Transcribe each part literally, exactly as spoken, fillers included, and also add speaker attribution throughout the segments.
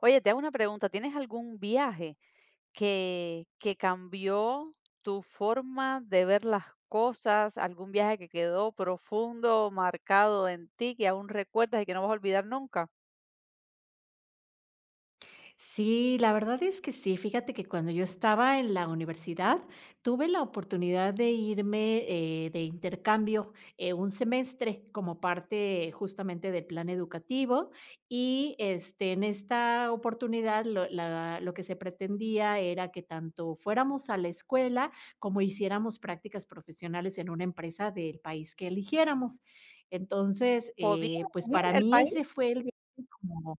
Speaker 1: Oye, te hago una pregunta, ¿tienes algún viaje que que cambió tu forma de ver las cosas? ¿Algún viaje que quedó profundo, marcado en ti, que aún recuerdas y que no vas a olvidar nunca?
Speaker 2: Sí, la verdad es que sí. Fíjate que cuando yo estaba en la universidad, tuve la oportunidad de irme, eh, de intercambio, eh, un semestre como parte justamente del plan educativo y, este, en esta oportunidad lo la lo que se pretendía era que tanto fuéramos a la escuela como hiciéramos prácticas profesionales en una empresa del país que eligiéramos. Entonces,
Speaker 1: Podías
Speaker 2: eh, pues,
Speaker 1: elegir
Speaker 2: para
Speaker 1: el
Speaker 2: mí
Speaker 1: país.
Speaker 2: ese fue el viaje como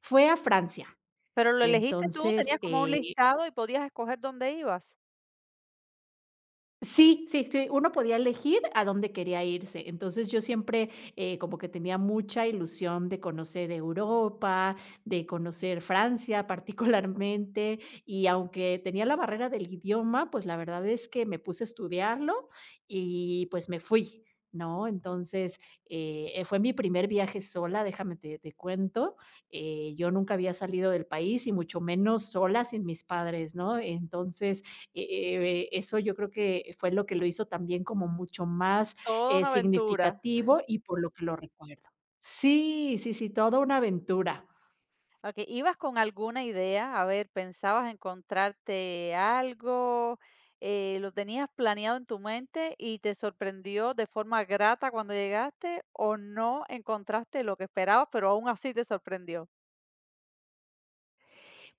Speaker 2: fue a Francia,
Speaker 1: Pero lo elegiste tú,
Speaker 2: entonces,
Speaker 1: tenías como un
Speaker 2: eh,
Speaker 1: listado y podías escoger dónde ibas.
Speaker 2: sí, sí, sí, uno podía elegir a dónde quería irse. Entonces, yo siempre, eh, como que tenía mucha ilusión de conocer Europa, de conocer Francia particularmente, y aunque tenía la barrera del idioma, pues, la verdad es que me puse a estudiarlo y, pues, me fui, ¿no? Entonces, eh, eh, fue mi primer viaje sola, déjame te te cuento. Eh, yo nunca había salido del país y mucho menos sola sin mis padres, ¿no? Entonces, eh, eso yo creo que fue lo que lo hizo también como mucho más,
Speaker 1: Toda
Speaker 2: eh,
Speaker 1: una aventura.
Speaker 2: significativo y por lo que lo recuerdo. Sí, sí, sí, toda una aventura.
Speaker 1: Okey, ¿ibas con alguna idea? A ver, ¿pensabas encontrarte algo? Eh, ¿lo tenías planeado en tu mente y te sorprendió de forma grata cuando llegaste, o no encontraste lo que esperabas, pero aún así te sorprendió?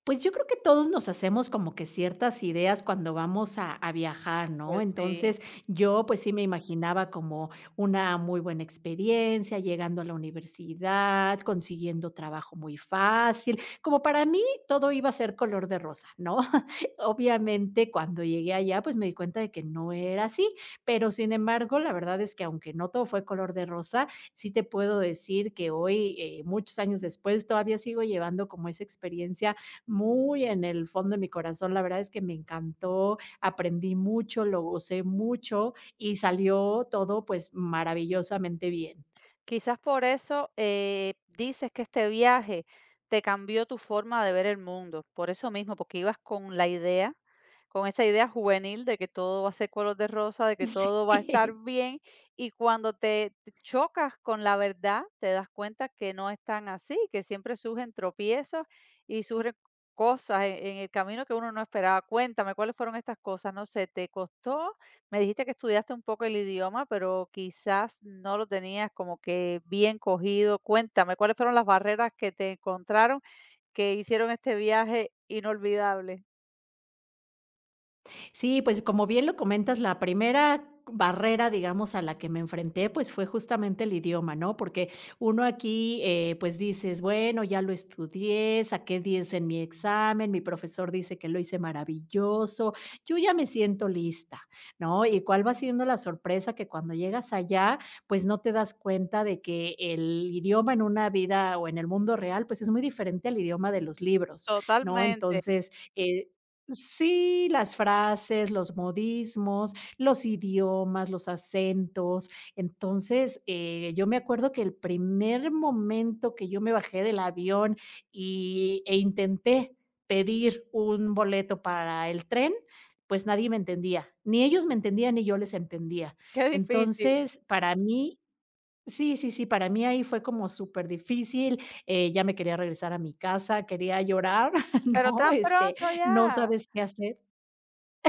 Speaker 2: Pues yo creo que todos nos hacemos como que ciertas ideas cuando vamos a, a viajar, ¿no?
Speaker 1: Pues sí.
Speaker 2: Entonces yo pues sí me imaginaba como una muy buena experiencia, llegando a la universidad, consiguiendo trabajo muy fácil, como para mí todo iba a ser color de rosa, ¿no? Obviamente cuando llegué allá pues me di cuenta de que no era así, pero sin embargo la verdad es que aunque no todo fue color de rosa, sí te puedo decir que hoy, eh, muchos años después, todavía sigo llevando como esa experiencia muy en el fondo de mi corazón, la verdad es que me encantó, aprendí mucho, lo gocé mucho y salió todo, pues, maravillosamente bien.
Speaker 1: Quizás por eso eh, dices que este viaje te cambió tu forma de ver el mundo, por eso mismo, porque ibas con la idea, con esa idea juvenil de que todo va a ser color de rosa, de que todo va a estar
Speaker 2: Sí.
Speaker 1: bien, y cuando te, te chocas con la verdad, te das cuenta que no es tan así, que siempre surgen tropiezos y surgen cosas en, en el camino que uno no esperaba. Cuéntame, ¿cuáles fueron estas cosas? No sé, ¿te costó? Me dijiste que estudiaste un poco el idioma, pero quizás no lo tenías como que bien cogido. Cuéntame, ¿cuáles fueron las barreras que te encontraron que hicieron este viaje inolvidable?
Speaker 2: Sí, pues, como bien lo comentas, la primera barrera, digamos, a la que me enfrenté, pues, fue justamente el idioma, ¿no? Porque uno aquí, eh, pues, dices: "Bueno, ya lo estudié, saqué diez en mi examen, mi profesor dice que lo hice maravilloso, yo ya me siento lista", ¿no? Y cuál va siendo la sorpresa que cuando llegas allá, pues, no te das cuenta de que el idioma en una vida o en el mundo real, pues, es muy diferente al idioma de los libros, ¿no?
Speaker 1: Totalmente,
Speaker 2: Entonces, eh Sí, las frases, los modismos, los idiomas, los acentos. Entonces, eh, yo me acuerdo que el primer momento que yo me bajé del avión y e intenté pedir un boleto para el tren, pues nadie me entendía, ni ellos me entendían, ni yo les entendía.
Speaker 1: qué difícil,
Speaker 2: Entonces, para mí Sí, sí, sí, para mí ahí fue como superdifícil, eh, ya me quería regresar a mi casa, quería llorar,
Speaker 1: pero
Speaker 2: ¿no?
Speaker 1: tan
Speaker 2: Este,
Speaker 1: pronto
Speaker 2: no
Speaker 1: ya.
Speaker 2: sabes qué hacer.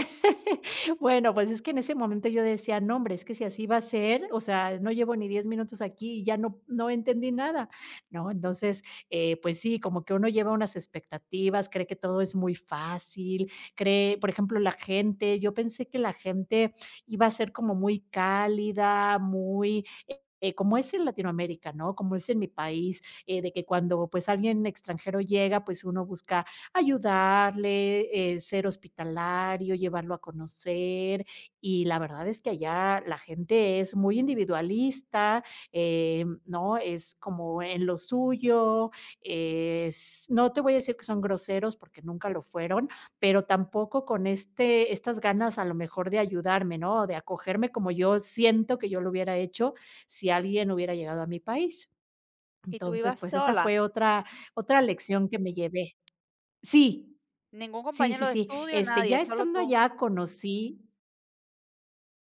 Speaker 2: Bueno, pues es que en ese momento yo decía: "No, hombre, es que si así va a ser, o sea, no llevo ni diez minutos aquí y ya no no entendí nada", ¿no? Entonces, eh, pues sí, como que uno lleva unas expectativas, cree que todo es muy fácil, cree, por ejemplo, la gente, yo pensé que la gente iba a ser como muy cálida, muy, eh, eh, como es en Latinoamérica, ¿no? Como es en mi país, eh, de que cuando, pues, alguien extranjero llega, pues, uno busca ayudarle, eh, ser hospitalario, llevarlo a conocer, y la verdad es que allá la gente es muy individualista, em, ¿no? Es como en lo suyo, es no te voy a decir que son groseros, porque nunca lo fueron, pero tampoco con este estas ganas a lo mejor de ayudarme, ¿no? De acogerme como yo siento que yo lo hubiera hecho si alguien hubiera llegado a mi país.
Speaker 1: ¿Y tú
Speaker 2: Entonces,
Speaker 1: ibas
Speaker 2: pues esa
Speaker 1: sola?
Speaker 2: fue otra otra lección que me llevé. Sí.
Speaker 1: Ningún
Speaker 2: Sí, sí,
Speaker 1: compañero de
Speaker 2: sí.
Speaker 1: estudio,
Speaker 2: Este,
Speaker 1: nadie,
Speaker 2: ya
Speaker 1: solo
Speaker 2: estando
Speaker 1: tú.
Speaker 2: allá conocí,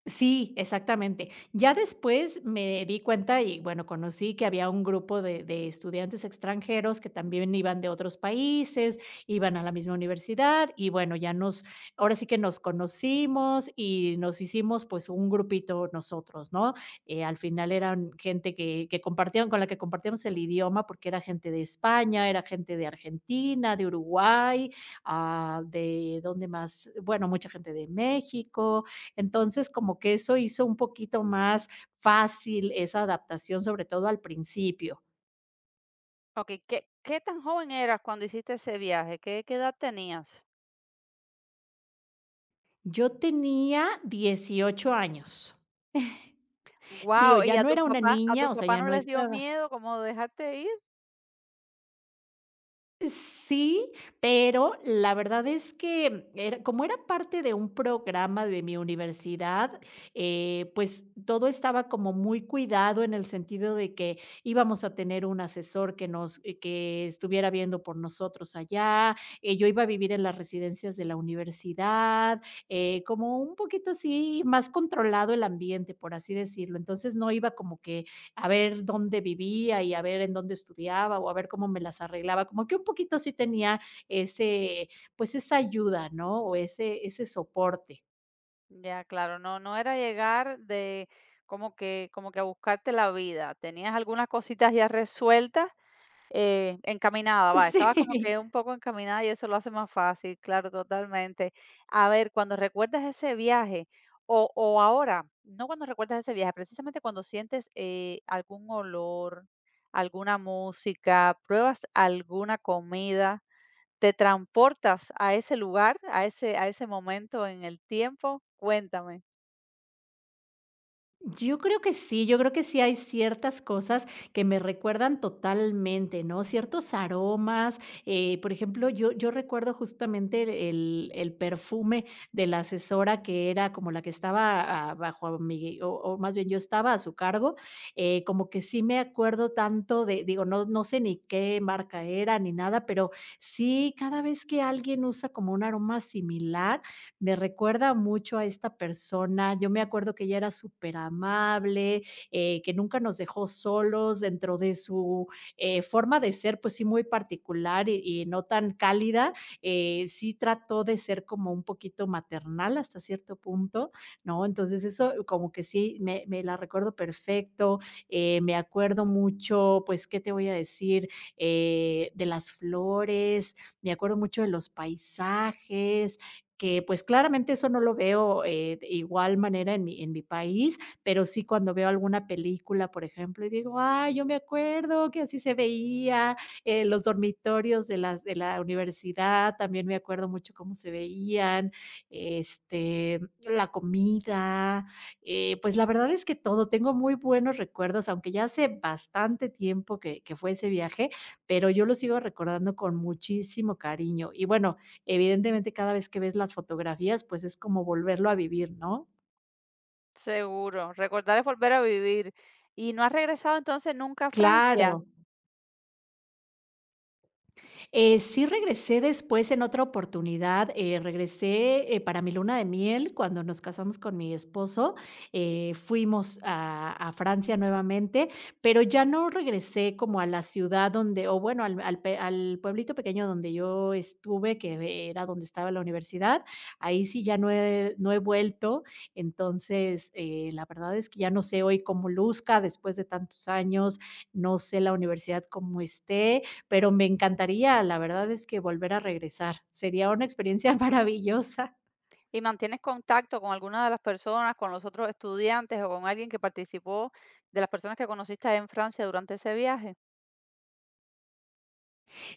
Speaker 2: Sí, exactamente. Ya después me di cuenta y, bueno, conocí que había un grupo de de estudiantes extranjeros que también iban de otros países, iban a la misma universidad y, bueno, ya nos ahora sí que nos conocimos y nos hicimos, pues, un grupito nosotros, ¿no? Eh, al final eran gente que que compartían con la que compartíamos el idioma, porque era gente de España, era gente de Argentina, de Uruguay, ah, ¿de dónde más? Bueno, mucha gente de México, entonces, como que eso hizo un poquito más fácil esa adaptación, sobre todo al principio.
Speaker 1: Ok, ¿qué, ¿qué tan joven eras cuando hiciste ese viaje? ¿Qué, ¿qué edad tenías?
Speaker 2: Yo tenía dieciocho años. Digo,
Speaker 1: Wow,
Speaker 2: ya
Speaker 1: ¿y a
Speaker 2: no
Speaker 1: tus
Speaker 2: era una
Speaker 1: papás, a
Speaker 2: niña,
Speaker 1: tus
Speaker 2: o sea,
Speaker 1: papás
Speaker 2: ya
Speaker 1: no
Speaker 2: no
Speaker 1: les dio
Speaker 2: estaba
Speaker 1: miedo como dejarte ir?
Speaker 2: Sí, pero la verdad es que era como era parte de un programa de mi universidad, eh, pues todo estaba como muy cuidado en el sentido de que íbamos a tener un asesor que nos eh, que estuviera viendo por nosotros allá, eh, yo iba a vivir en las residencias de la universidad, eh, como un poquito así más controlado el ambiente, por así decirlo. Entonces no iba como que a ver dónde vivía y a ver en dónde estudiaba, o a ver cómo me las arreglaba, como que un poquito sí tenía ese, pues, esa ayuda, ¿no? O ese ese soporte.
Speaker 1: Ya, claro, no, no era llegar de como que, como que a buscarte la vida. Tenías algunas cositas ya resueltas, eh, encaminada, va, estabas como
Speaker 2: Sí.
Speaker 1: que un poco encaminada y eso lo hace más fácil, claro, totalmente. A ver, cuando recuerdas ese viaje, o, o ahora, no cuando recuerdas ese viaje, precisamente cuando sientes eh, algún olor, alguna música, pruebas alguna comida te transportas a ese lugar, a ese, a ese momento en el tiempo, cuéntame.
Speaker 2: Yo creo que sí, yo creo que sí hay ciertas cosas que me recuerdan totalmente, ¿no? Ciertos aromas, eh, por ejemplo, yo yo recuerdo justamente el el perfume de la asesora que era como la que estaba, ah, bajo mi o o más bien yo estaba a su cargo, eh, como que sí me acuerdo tanto de digo, no no sé ni qué marca era ni nada, pero sí, cada vez que alguien usa como un aroma similar, me recuerda mucho a esta persona. Yo me acuerdo que ella era superamable, eh, que nunca nos dejó solos dentro de su, eh, forma de ser, pues sí, muy particular y y no tan cálida, eh, sí trató de ser como un poquito maternal hasta cierto punto, ¿no? Entonces, eso como que sí me me la recuerdo perfecto, eh, me acuerdo mucho, pues, ¿qué te voy a decir? Eh, de las flores, me acuerdo mucho de los paisajes, que, pues, claramente eso no lo veo, eh, de igual manera en mi en mi país, pero sí cuando veo alguna película, por ejemplo, y digo: "Ay, yo me acuerdo que así se veía, eh, los dormitorios de las de la universidad, también me acuerdo mucho cómo se veían, este, la comida", eh, pues, la verdad es que todo, tengo muy buenos recuerdos, aunque ya hace bastante tiempo que que fue ese viaje, pero yo lo sigo recordando con muchísimo cariño. Y bueno, evidentemente, cada vez que ves las fotografías, pues, es como volverlo a vivir, ¿no?
Speaker 1: Seguro, recordar es volver a vivir. ¿Y no has regresado entonces nunca a Francia?
Speaker 2: Claro, Eh, sí regresé después en otra oportunidad, eh, regresé, eh, para mi luna de miel, cuando nos casamos con mi esposo, eh, fuimos a a Francia nuevamente, pero ya no regresé como a la ciudad donde o bueno, al al pe al pueblito pequeño donde yo estuve, que era donde estaba la universidad, ahí sí ya no he no he vuelto. Entonces, eh, la verdad es que ya no sé hoy cómo luzca después de tantos años, no sé la universidad cómo esté, pero me encantaría, la verdad es que volver a regresar. Sería una experiencia maravillosa.
Speaker 1: ¿Y mantienes contacto con alguna de las personas, con los otros estudiantes o con alguien que participó de las personas que conociste en Francia durante ese viaje?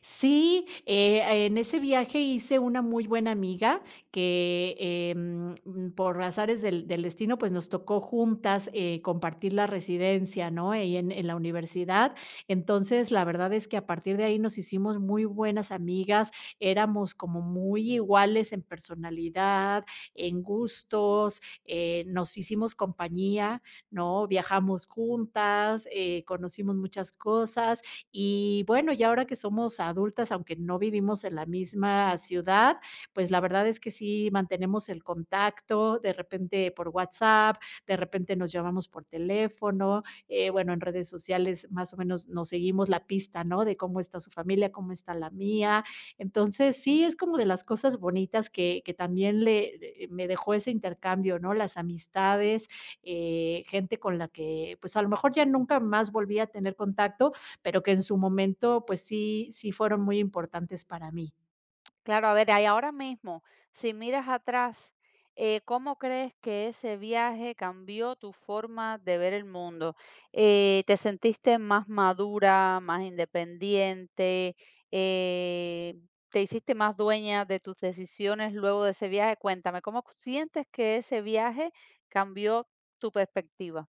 Speaker 2: Sí, eh, en ese viaje hice una muy buena amiga que, em, mm, por azares del del destino, pues, nos tocó juntas, eh, compartir la residencia, ¿no?, ahí en en la universidad. Entonces, la verdad es que a partir de ahí nos hicimos muy buenas amigas, éramos como muy iguales en personalidad, en gustos, eh, nos hicimos compañía, ¿no? Viajamos juntas, eh, conocimos muchas cosas y bueno, ya ahora que somos adultas, aunque no vivimos en la misma ciudad, pues la verdad es que sí mantenemos el contacto, de repente por WhatsApp, de repente nos llamamos por teléfono, eh, bueno, en redes sociales más o menos nos seguimos la pista, ¿no? De cómo está su familia, cómo está la mía. Entonces, sí, es como de las cosas bonitas que, que también le, le- me dejó ese intercambio, ¿no? Las amistades, eh, gente con la que, pues a lo mejor ya nunca más volví a tener contacto, pero que en su momento, pues sí, sí fueron muy importantes para mí.
Speaker 1: Claro, a ver, ahí ahora mismo, si miras atrás, eh, ¿cómo crees que ese viaje cambió tu forma de ver el mundo? Eh, ¿te sentiste más madura, más independiente? Eh, ¿te hiciste más dueña de tus decisiones luego de ese viaje? Cuéntame, ¿cómo sientes que ese viaje cambió tu perspectiva?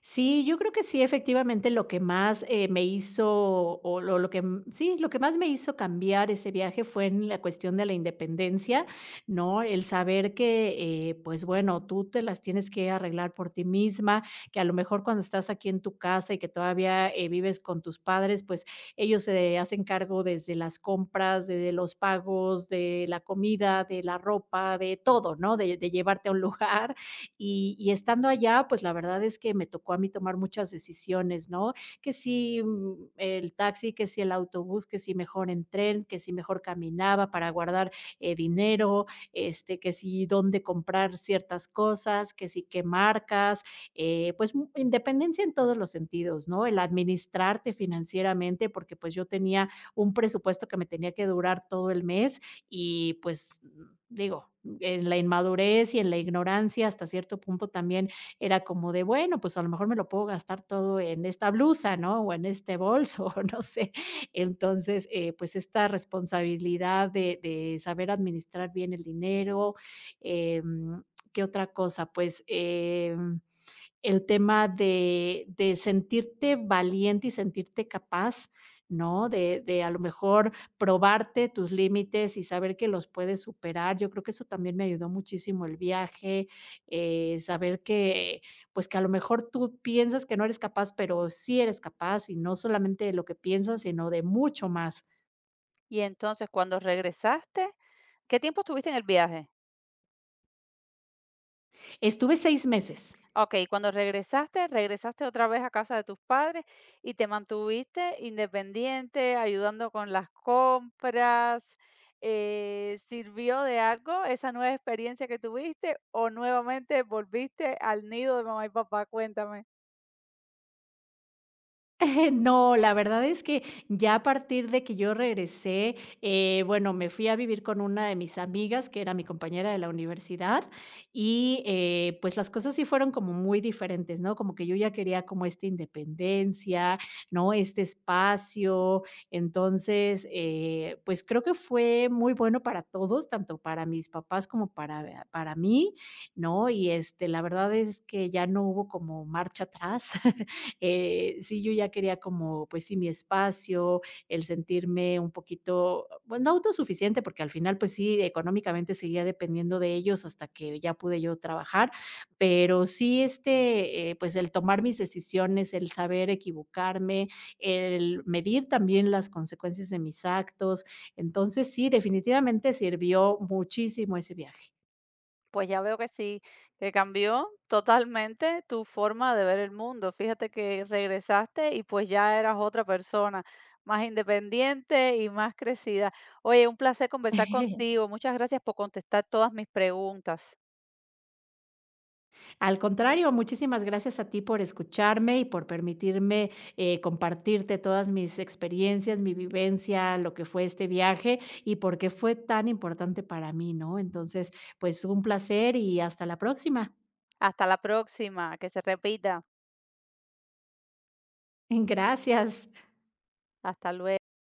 Speaker 2: Sí, yo creo que sí, efectivamente, lo que más, eh, me hizo, o lo lo que, mm, sí, lo que más me hizo cambiar ese viaje fue en la cuestión de la independencia, ¿no? El saber que, eh, pues, bueno, tú te las tienes que arreglar por ti misma, que a lo mejor cuando estás aquí en tu casa y que todavía, eh, vives con tus padres, pues, ellos se hacen cargo desde las compras, de los pagos, de la comida, de la ropa, de todo, ¿no? De de llevarte a un lugar, y, y estando allá, pues la verdad es que me tocó a mí tomar muchas decisiones, ¿no? Que si mm, el taxi, que si el autobús, que si mejor en tren, que si mejor caminaba para guardar eh, dinero, este, que si dónde comprar ciertas cosas, que si qué marcas, eh, pues mu- independencia en todos los sentidos, ¿no? El administrarte financieramente, porque pues yo tenía un presupuesto que me tenía que durar todo el mes y pues mm, digo, en la inmadurez y en la ignorancia, hasta cierto punto también era como de, bueno, pues a lo mejor me lo puedo gastar todo en esta blusa, ¿no? O en este bolso, no sé. Entonces, eh, pues esta responsabilidad de, de saber administrar bien el dinero, em, ¿qué otra cosa? Pues... em, el tema de de sentirte valiente y sentirte capaz, ¿no? De de a lo mejor probarte tus límites y saber que los puedes superar. Yo creo que eso también me ayudó muchísimo el viaje, eh, saber que, pues, que a lo mejor tú piensas que no eres capaz, pero sí eres capaz, y no solamente de lo que piensas, sino de mucho más.
Speaker 1: Y entonces, cuando regresaste, ¿qué tiempo estuviste en el viaje?
Speaker 2: Estuve seis meses.
Speaker 1: Ok, cuando regresaste, regresaste otra vez a casa de tus padres y te mantuviste independiente, ayudando con las compras. Eh, ¿sirvió de algo esa nueva experiencia que tuviste o nuevamente volviste al nido de mamá y papá? Cuéntame.
Speaker 2: No, la verdad es que ya a partir de que yo regresé, eh, bueno, me fui a vivir con una de mis amigas, que era mi compañera de la universidad, y, eh, pues, las cosas sí fueron como muy diferentes, ¿no? Como que yo ya quería como esta independencia, ¿no? Este espacio. Entonces, eh, pues, creo que fue muy bueno para todos, tanto para mis papás como para para mí, ¿no? Y, este, la verdad es que ya no hubo como marcha atrás. Eh, sí, yo ya quería como, pues sí, mi espacio, el sentirme un poquito, bueno, no autosuficiente, porque al final, pues sí, económicamente seguía dependiendo de ellos hasta que ya pude yo trabajar, pero sí, este, eh, pues el tomar mis decisiones, el saber equivocarme, el medir también las consecuencias de mis actos. Entonces, sí, definitivamente sirvió muchísimo ese viaje.
Speaker 1: Pues ya veo que sí, que cambió totalmente tu forma de ver el mundo. Fíjate que regresaste y pues ya eras otra persona, más independiente y más crecida. Oye, un placer conversar contigo. Muchas gracias por contestar todas mis preguntas.
Speaker 2: Al contrario, muchísimas gracias a ti por escucharme y por permitirme, eh, compartirte todas mis experiencias, mi vivencia, lo que fue este viaje y por qué fue tan importante para mí, ¿no? Entonces, pues un placer y hasta la próxima.
Speaker 1: Hasta la próxima, que se repita.
Speaker 2: Gracias.
Speaker 1: Hasta luego.